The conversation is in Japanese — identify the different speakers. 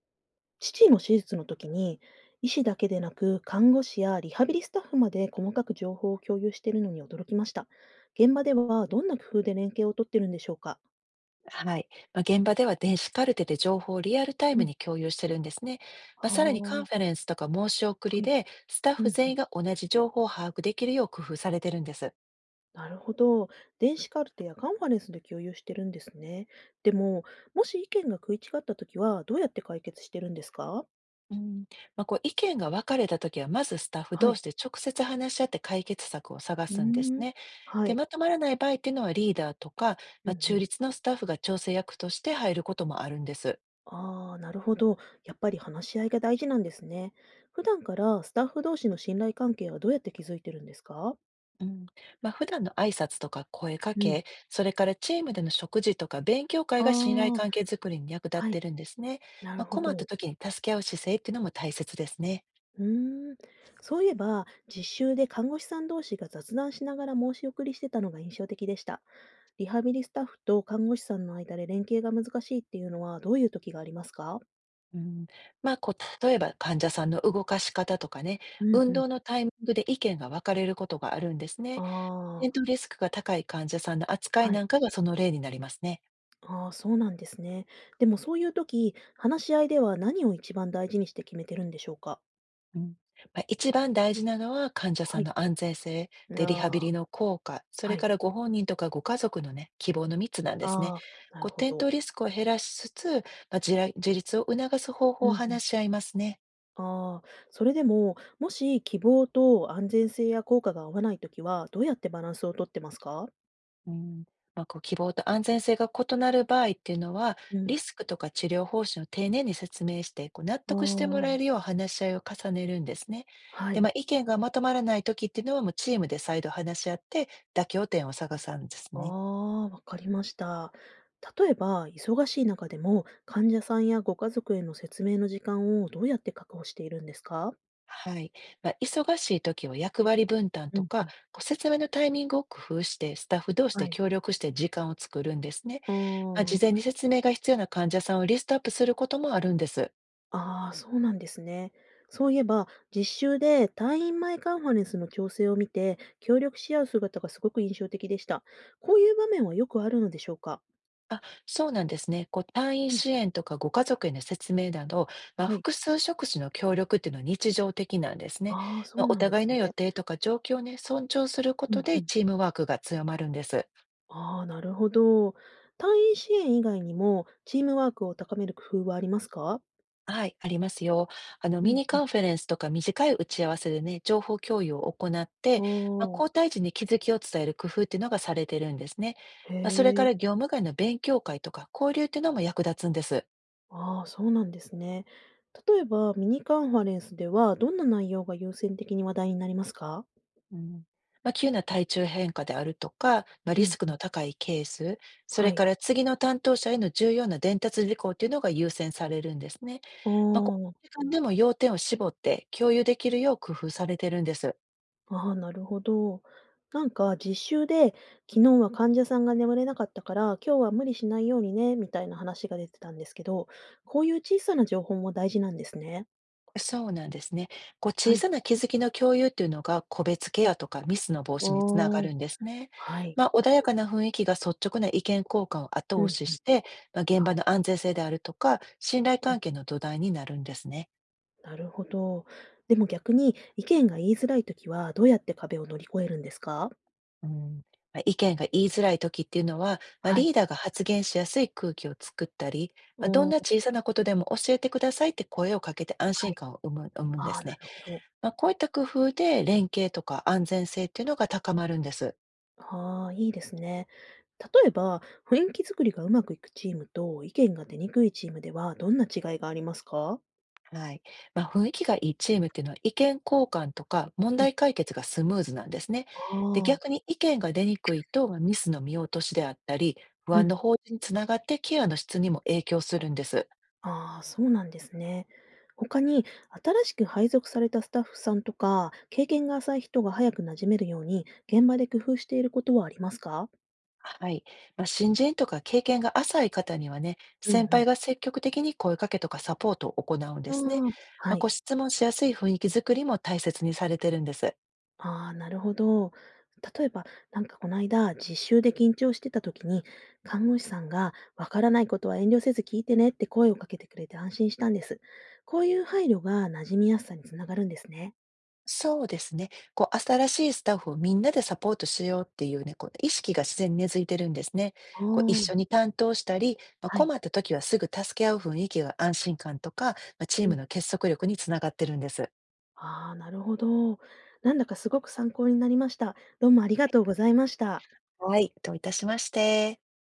Speaker 1: 父の手術の時に、医師だけでなく、看護師やリハビリスタッフまで細かく情報を共有しているのに驚きました。現場ではどんな工夫で連携をとってるんでしょうか？
Speaker 2: はい。現場では電子カルテで情報をリアルタイ
Speaker 1: う
Speaker 2: ム
Speaker 1: ん、
Speaker 2: に共有してるんですね。
Speaker 1: は
Speaker 2: さらにカンファレンスとか申し送
Speaker 1: あ、
Speaker 2: り
Speaker 1: はい。
Speaker 2: で、スタッ
Speaker 1: うん
Speaker 2: フ
Speaker 1: う
Speaker 2: 全
Speaker 1: ん、
Speaker 2: 員が同じ情報を把握できるよう工夫されてるんです。
Speaker 1: なるほど。電子カルテやカンファレンスで共有してるんですね。でも、もし意見が食い違った時は、どうやって解決してるんですか？
Speaker 2: うん。意見が分かれたときは、まずスタッフ
Speaker 1: は
Speaker 2: 同
Speaker 1: い。
Speaker 2: 士で直接話し合って解決策を探
Speaker 1: う
Speaker 2: すんです
Speaker 1: ーん。
Speaker 2: ね。
Speaker 1: は
Speaker 2: で、
Speaker 1: い。
Speaker 2: まとまらない場合っていうのはリーダーとか、
Speaker 1: うんう
Speaker 2: 中
Speaker 1: ん、
Speaker 2: 立のスタッフが調整役として入ることもあるんです。
Speaker 1: ああ、なるほど。やっぱり話し合いが大事なんですね。普段からスタッフ同士の信頼関係はどうやって築いてるんですか？
Speaker 2: うん。普段の挨拶とか声か
Speaker 1: うん、
Speaker 2: け、それからチームでの食事とか勉強会
Speaker 1: あ
Speaker 2: が信頼
Speaker 1: あ、
Speaker 2: 関係づくりに役立っ
Speaker 1: は
Speaker 2: て
Speaker 1: い、
Speaker 2: るんですね。
Speaker 1: なるほ
Speaker 2: 困った
Speaker 1: ど。
Speaker 2: 時に助け合う姿勢っていうのも大切ですね。
Speaker 1: うーん。そういえば、実習で看護師さん同士が雑談しながら申し送りしてたのが印象的でした。リハビリスタッフと看護師さんの間で連携が難しいっていうのはどういう時がありますか？
Speaker 2: うん。例えば患者さんの動かし方とかね、
Speaker 1: うん、
Speaker 2: 運
Speaker 1: うん。
Speaker 2: 動のタイミングで意見が分かれることがあるんですね。
Speaker 1: あ
Speaker 2: 転
Speaker 1: あー、
Speaker 2: 倒リスクが高い患者さんの扱い
Speaker 1: は
Speaker 2: な
Speaker 1: い。
Speaker 2: んかがその例になりますね。
Speaker 1: ああ、そうなんですね。でもそういう時、話し合いでは何を一番大事にして決めてるんでしょうか？
Speaker 2: うん。一番大事なのは、患者さ
Speaker 1: は
Speaker 2: ん
Speaker 1: い。
Speaker 2: の安全性、で、リハビ
Speaker 1: ああ、
Speaker 2: リの効果、それ
Speaker 1: は
Speaker 2: か
Speaker 1: い。
Speaker 2: らご本人とかご家族のね、希望の3つなんですね。
Speaker 1: ああ、な
Speaker 2: こう、
Speaker 1: るほ
Speaker 2: 転
Speaker 1: ど。
Speaker 2: 倒リスクを減らしつつ、自ら自立を促す方法
Speaker 1: うん
Speaker 2: を
Speaker 1: うん。
Speaker 2: 話し合いますね。
Speaker 1: ああ、それでも、もし希望と安全性や効果が合わない時は、どうやってバランスを取ってますか？
Speaker 2: うん。希望と安全性が異なる場合っていうのは、
Speaker 1: うん。
Speaker 2: リスクとか治療方針を丁寧に説明して、こう、納
Speaker 1: あ
Speaker 2: 得してもらえ
Speaker 1: あ、
Speaker 2: るよう話し合いを重ねるんですね。
Speaker 1: は
Speaker 2: で、
Speaker 1: い。
Speaker 2: 意見がまとまらない時っていうのは、もうチームで再度話し合って、妥協点を探すんです
Speaker 1: あ
Speaker 2: ね。
Speaker 1: あ、わかりました。例えば、忙しい中でも、患者さんやご家族への説明の時間をどうやって確保しているんですか？
Speaker 2: はい。忙しい時は役割分担
Speaker 1: う
Speaker 2: と
Speaker 1: ん
Speaker 2: か、
Speaker 1: うん。
Speaker 2: こう説明のタイミングを工夫して、スタッフ同士
Speaker 1: は
Speaker 2: で
Speaker 1: い。
Speaker 2: 協力して時間を作るんですね。
Speaker 1: あ
Speaker 2: 事前
Speaker 1: あ。
Speaker 2: に説明が必要な患者さんをリストアップすることもあるんです。
Speaker 1: ああ、そうなんですね。そういえば、実習で退院前カンファレンスの調整を見て、協力し合う姿がすごく印象的でした。こういう場面はよくあるのでしょうか？
Speaker 2: あ、そうなんですね。こう退院
Speaker 1: うん、
Speaker 2: 支援とかご家族への説明など、
Speaker 1: はい。
Speaker 2: 複数職種の協力っていうのは日常的なんですね。
Speaker 1: ああ、そう
Speaker 2: お
Speaker 1: なんで
Speaker 2: 互
Speaker 1: す
Speaker 2: いの予
Speaker 1: ね。
Speaker 2: 定とか状況をね、尊重するこ
Speaker 1: う
Speaker 2: と
Speaker 1: んう
Speaker 2: で
Speaker 1: ん。
Speaker 2: チームワークが強まるんです。
Speaker 1: ああ、なるほど。退院支援以外にも、チームワークを高める工夫はありますか？
Speaker 2: はい、ありますよ。
Speaker 1: う
Speaker 2: ミ
Speaker 1: ん
Speaker 2: ニ
Speaker 1: う
Speaker 2: カ
Speaker 1: ん。
Speaker 2: ンフェレンスとか短い打ち合わせでね、情報共有を行って、交
Speaker 1: あ
Speaker 2: 代時に気づきを伝える工夫っていうのがされてるんですね。
Speaker 1: あ、へ
Speaker 2: それか
Speaker 1: え。
Speaker 2: ら業務外の勉強会とか交流っていうのも役立つんです。
Speaker 1: ああ、そうなんですね。例えば、ミニカンファレンスでは、どんな内容が優先的に話題になりますか？
Speaker 2: うん。急な体調変化であるとか、
Speaker 1: う
Speaker 2: リス
Speaker 1: ん
Speaker 2: ク
Speaker 1: うん。
Speaker 2: の高いケース、そ
Speaker 1: は
Speaker 2: れ
Speaker 1: い。
Speaker 2: から次の担当者への重要な伝達事項っていうのが優先されるんですね。
Speaker 1: あ
Speaker 2: こ
Speaker 1: あ、
Speaker 2: の時間でも要点を絞って共有できるよう工夫されてるんです。
Speaker 1: ああ、なるほど。なんか実習で、昨日は患者さんが眠れなかったから、今日は無理しないようにね、みたいな話が出てたんですけど、こういう小さな情報も大事なんですね。
Speaker 2: そうなんですね。こう
Speaker 1: は
Speaker 2: 小
Speaker 1: い。
Speaker 2: さな気づきの共有っていうのが個別ケアとかミスの防止につなが
Speaker 1: あ、
Speaker 2: るんですね。
Speaker 1: はい。
Speaker 2: 穏やかな雰囲気が率直な意見交換を後
Speaker 1: うん、う
Speaker 2: 押
Speaker 1: ん、
Speaker 2: しして、現
Speaker 1: は
Speaker 2: 場
Speaker 1: い。
Speaker 2: の安全性であるとか信頼
Speaker 1: うん、
Speaker 2: 関係の土台になるんですね。
Speaker 1: なるほど。でも逆に意見が言いづらいときは、どうやって壁を乗り越えるんですか？
Speaker 2: うん。意見が言いづらい時っていうのは、
Speaker 1: はい。
Speaker 2: リーダーが発言しやすい空気を作ったり、どん
Speaker 1: お
Speaker 2: な
Speaker 1: ー、
Speaker 2: 小さなことでも教えてくださいって声をかけて安
Speaker 1: は
Speaker 2: 心
Speaker 1: い。
Speaker 2: 感を生むん
Speaker 1: あ
Speaker 2: で
Speaker 1: あ、な
Speaker 2: す
Speaker 1: る
Speaker 2: ね。
Speaker 1: ほど。
Speaker 2: こういった工夫で連携とか安全性っていうのが高まるんです。
Speaker 1: ああ、いいですね。例えば、雰囲気作りがうまくいくチームと意見が出にくいチームではどんな違いがありますか？
Speaker 2: はい。雰囲気がいいチームっていうのは意見交換とか問
Speaker 1: うん、
Speaker 2: 題解決がスムーズなんですね。で、
Speaker 1: ああ、
Speaker 2: 逆に意見が出にくいとミスの見落としであったり、不
Speaker 1: う
Speaker 2: 安の
Speaker 1: ん。
Speaker 2: 放置につながってケアの質にも影響するんです。
Speaker 1: ああ、そうなんですね。他に、新しく配属されたスタッフさんとか、経験が浅い人が早く馴染めるように、現場で工夫していることはありますか？
Speaker 2: はい。新人とか経験が浅い方にはね、
Speaker 1: うん
Speaker 2: 先
Speaker 1: うん。
Speaker 2: 輩が積極的に声かけとかサポートを行うんで
Speaker 1: あ
Speaker 2: すね。
Speaker 1: あ、は
Speaker 2: こ
Speaker 1: い。
Speaker 2: う質問しやすい雰囲気づくりも大切にされてるんです。
Speaker 1: ああ、なるほど。例えば、なんかこの間、実習で緊張してた時に、看護師さんが、わからないことは遠慮せず聞いてねって声をかけてくれて安心したんです。こういう配慮が馴染みやすさにつながるんですね。
Speaker 2: そうですね。こう、新しいスタッフをみんなでサポートしようっていうね、こう、意識が自然に根付いてるんですね。
Speaker 1: あ
Speaker 2: こう、一
Speaker 1: あ、
Speaker 2: 緒に担当したり、
Speaker 1: はい。
Speaker 2: 困った時はすぐ助け合う雰囲気が安心感とか、チー
Speaker 1: う
Speaker 2: ム
Speaker 1: ん。
Speaker 2: の結束力につながってるんです。
Speaker 1: ああ、なるほど。なんだかすごく参考になりました。どうもありがとうございました。
Speaker 2: はい、どういたしまして。